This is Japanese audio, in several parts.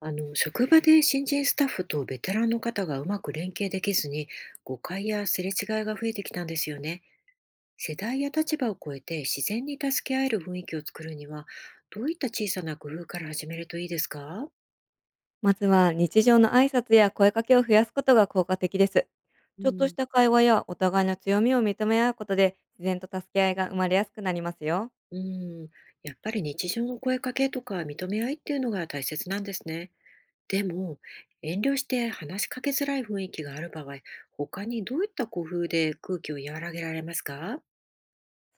職場で新人スタッフとベテランの方がうまく連携できずに、誤解やすれ違いが増えてきたんですよね。世代や立場を超えて自然に助け合える雰囲気を作るには、どういった小さな工夫から始めるといいですか？まずは日常の挨拶や声かけを増やすことが効果的です。うちょっとしん、た会話やお互いの強みを認め合うことで、自然と助け合いが生まれやすくなりますよ。うん、やっぱり日常の声かけとか認め合いっていうのが大切なんですね。でも、遠慮して話しかけづらい雰囲気がある場合、他にどういった工夫で空気を和らげられますか？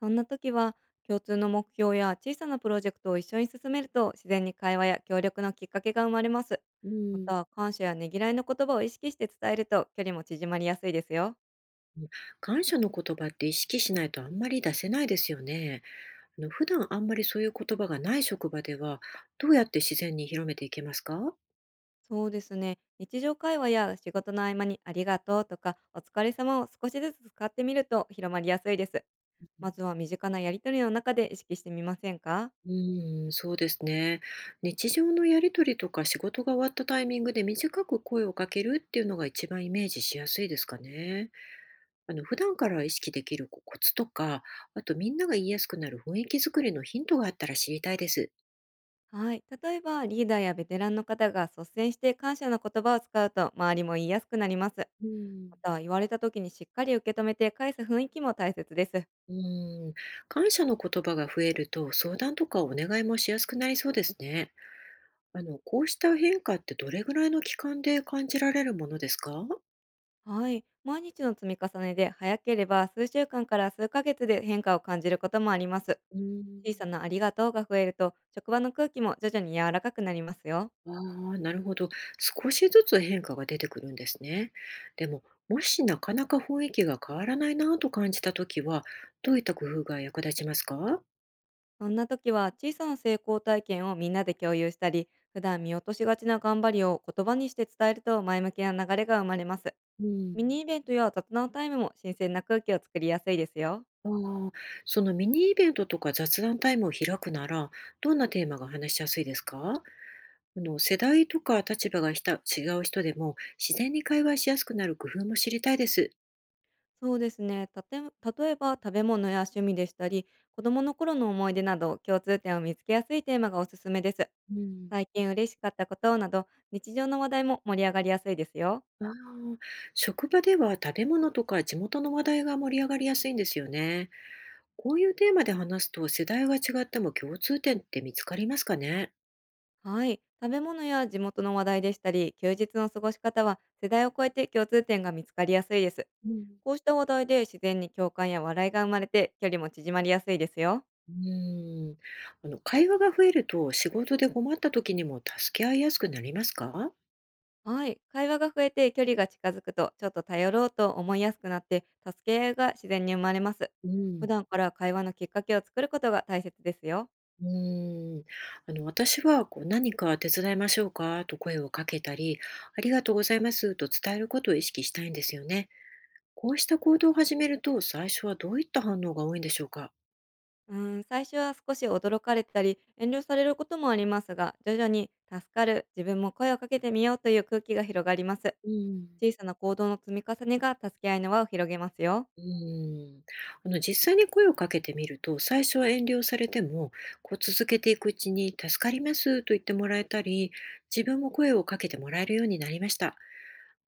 そんな時は、共通の目標や小さなプロジェクトを一緒に進めると、自然に会話や協力のきっかけが生まれます。うまん。た、感謝やねぎらいの言葉を意識して伝えると、距離も縮まりやすいですよ。感謝の言葉って意識しないとあんまり出せないですよね。普段あんまりそういう言葉がない職場ではどうやって自然に広めていけますか？そうですね。日常会話や仕事の合間に、ありがとうとかお疲れ様を少しずつ使ってみると広まりやすいです。まずは身近なやりとりの中で意識してみませんか？うん、そうですね。日常のやりとりとか仕事が終わったタイミングで短く声をかけるっていうのが一番イメージしやすいですかね。普段から意識できるコツとか、あとみんなが言いやすくなる雰囲気作りのヒントがあったら知りたいです。はい。例えば、リーダーやベテランの方が率先して感謝の言葉を使うと、周りも言いやすくなります。うまん。たは、言われた時にしっかり受け止めて返す雰囲気も大切です。うーん、感謝の言葉が増えると、相談とかお願いもしやすくなりそうですね。こうした変化ってどれぐらいの期間で感じられるものですか？はい。毎日の積み重ねで、早ければ数週間から数ヶ月で変化を感じることもあります。うーん。小さなありがとうが増えると、職場の空気も徐々に柔らかくなりますよ。ああ、なるほど。少しずつ変化が出てくるんですね。でも、もしなかなか雰囲気が変わらないなぁと感じたときは、どういった工夫が役立ちますか？そんな時は、小さな成功体験をみんなで共有したり、普段見落としがちな頑張りを言葉にして伝えると、前向きな流れが生まれます。うミん。ニイベントや雑談タイムも、新鮮な空気を作りやすいですよ。ああ、そのミニイベントとか雑談タイムを開くなら、どんなテーマが話しやすいですか？世代とか立場が違う人でも自然に会話しやすくなる工夫も知りたいです。そうですね。例えば、食べ物や趣味でしたり、子供の頃の思い出など、共通点を見つけやすいテーマがおすすめです。うん、最近嬉しかったことなど、日常の話題も盛り上がりやすいですよ。ああ、職場では食べ物とか地元の話題が盛り上がりやすいんですよね。こういうテーマで話すと世代が違っても共通点って見つかりますかね？はい。食べ物や地元の話題でしたり、休日の過ごし方は、世代を超えて共通点が見つかりやすいです。うん、こうした話題で、自然に共感や笑いが生まれて、距離も縮まりやすいですよ。うん。会話が増えると仕事で困った時にも助け合いやすくなりますか？はい。会話が増えて距離が近づくと、ちょっと頼ろうと思いやすくなって、助け合いが自然に生まれます。う普ん。段から会話のきっかけを作ることが大切ですよ。うーん、私はこう「何か手伝いましょうか？」と声をかけたり「ありがとうございます」と伝えることを意識したいんですよね。こうした行動を始めると、最初はどういった反応が多いんでしょうか？うーん、最初は少し驚かれたり、遠慮されることもありますが、徐々に、助かる、自分も声をかけてみよう、という空気が広がります。うん。小さな行動の積み重ねが、助け合いの輪を広げますよ。うーん、実際に声をかけてみると、最初は遠慮されても、こう続けていくうちに「助かります」と言ってもらえたり、自分も声をかけてもらえるようになりました。あ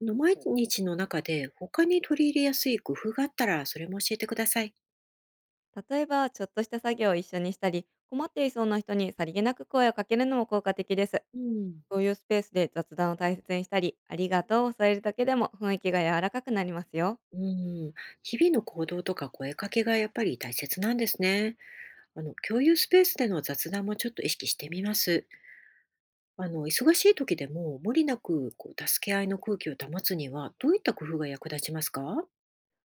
の、毎日の中で他に取り入れやすい工夫があったら、それも教えてください。例えば、ちょっとした作業を一緒にしたり、困っていそうな人にさりげなく声をかけるのも効果的です。うん。そういうスペースで雑談を大切にしたり、ありがとうを添えるだけでも、雰囲気が柔らかくなりますよ。うん、日々の行動とか声かけがやっぱり大切なんですね。共有スペースでの雑談もちょっと意識してみます。忙しい時でも無理なくこう助け合いの空気を保つにはどういった工夫が役立ちますか？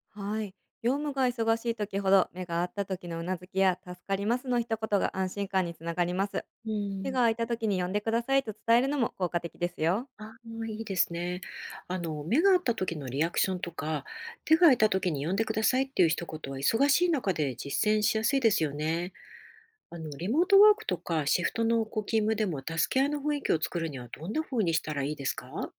はい。業務が忙しい時ほど、目が合った時のうなずきや、助かりますの一言が安心感につながります。う手ん、が空いた時に呼んでくださいと伝えるのも効果的ですよ。ああ、いいですね。目が合った時のリアクションとか、手が空いた時に呼んでくださいっていう一言は忙しい中で実践しやすいですよね。リモートワークとかシフトの勤務でも助け合いの雰囲気を作るにはどんな風にしたらいいですか？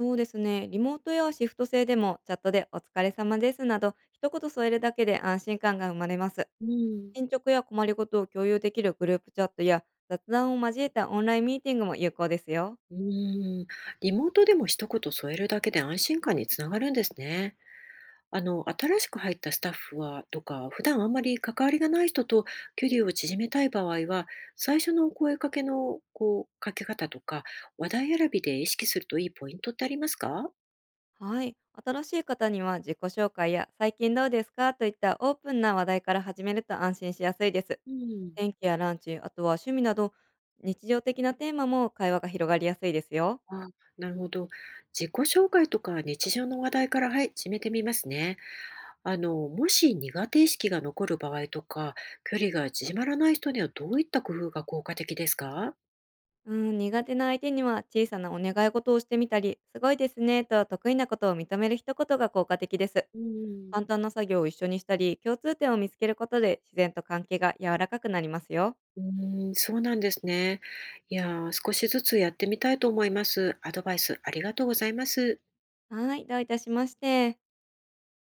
そうですね。リモートやシフト制でも、チャットでお疲れ様ですなど一言添えるだけで、安心感が生まれます。うん、進捗や困りごとを共有できるグループチャットや、雑談を交えたオンラインミーティングも有効ですよ。うーん、リモートでも一言添えるだけで安心感につながるんですね。新しく入ったスタッフはとか、普段あんまり関わりがない人と距離を縮めたい場合は、最初の声かけのかけ方とか、話題選びで意識するといいポイントってありますか？はい。新しい方には、自己紹介や最近どうですかといったオープンな話題から始めると、安心しやすいです。うん。天気やランチ、あとは趣味など、日常的なテーマも会話が広がりやすいですよ。あ、なるほど。自己紹介とか日常の話題から、はい、始めてみますね。もし苦手意識が残る場合とか、距離が縮まらない人にはどういった工夫が効果的ですか？うん、苦手な相手には、小さなお願い事をしてみたり、すごいですねと得意なことを認める一言が効果的です。うん。簡単な作業を一緒にしたり、共通点を見つけることで、自然と関係が柔らかくなりますよ。うーん、そうなんですね。いやー、少しずつやってみたいと思います。アドバイスありがとうございます。はい、どういたしまして。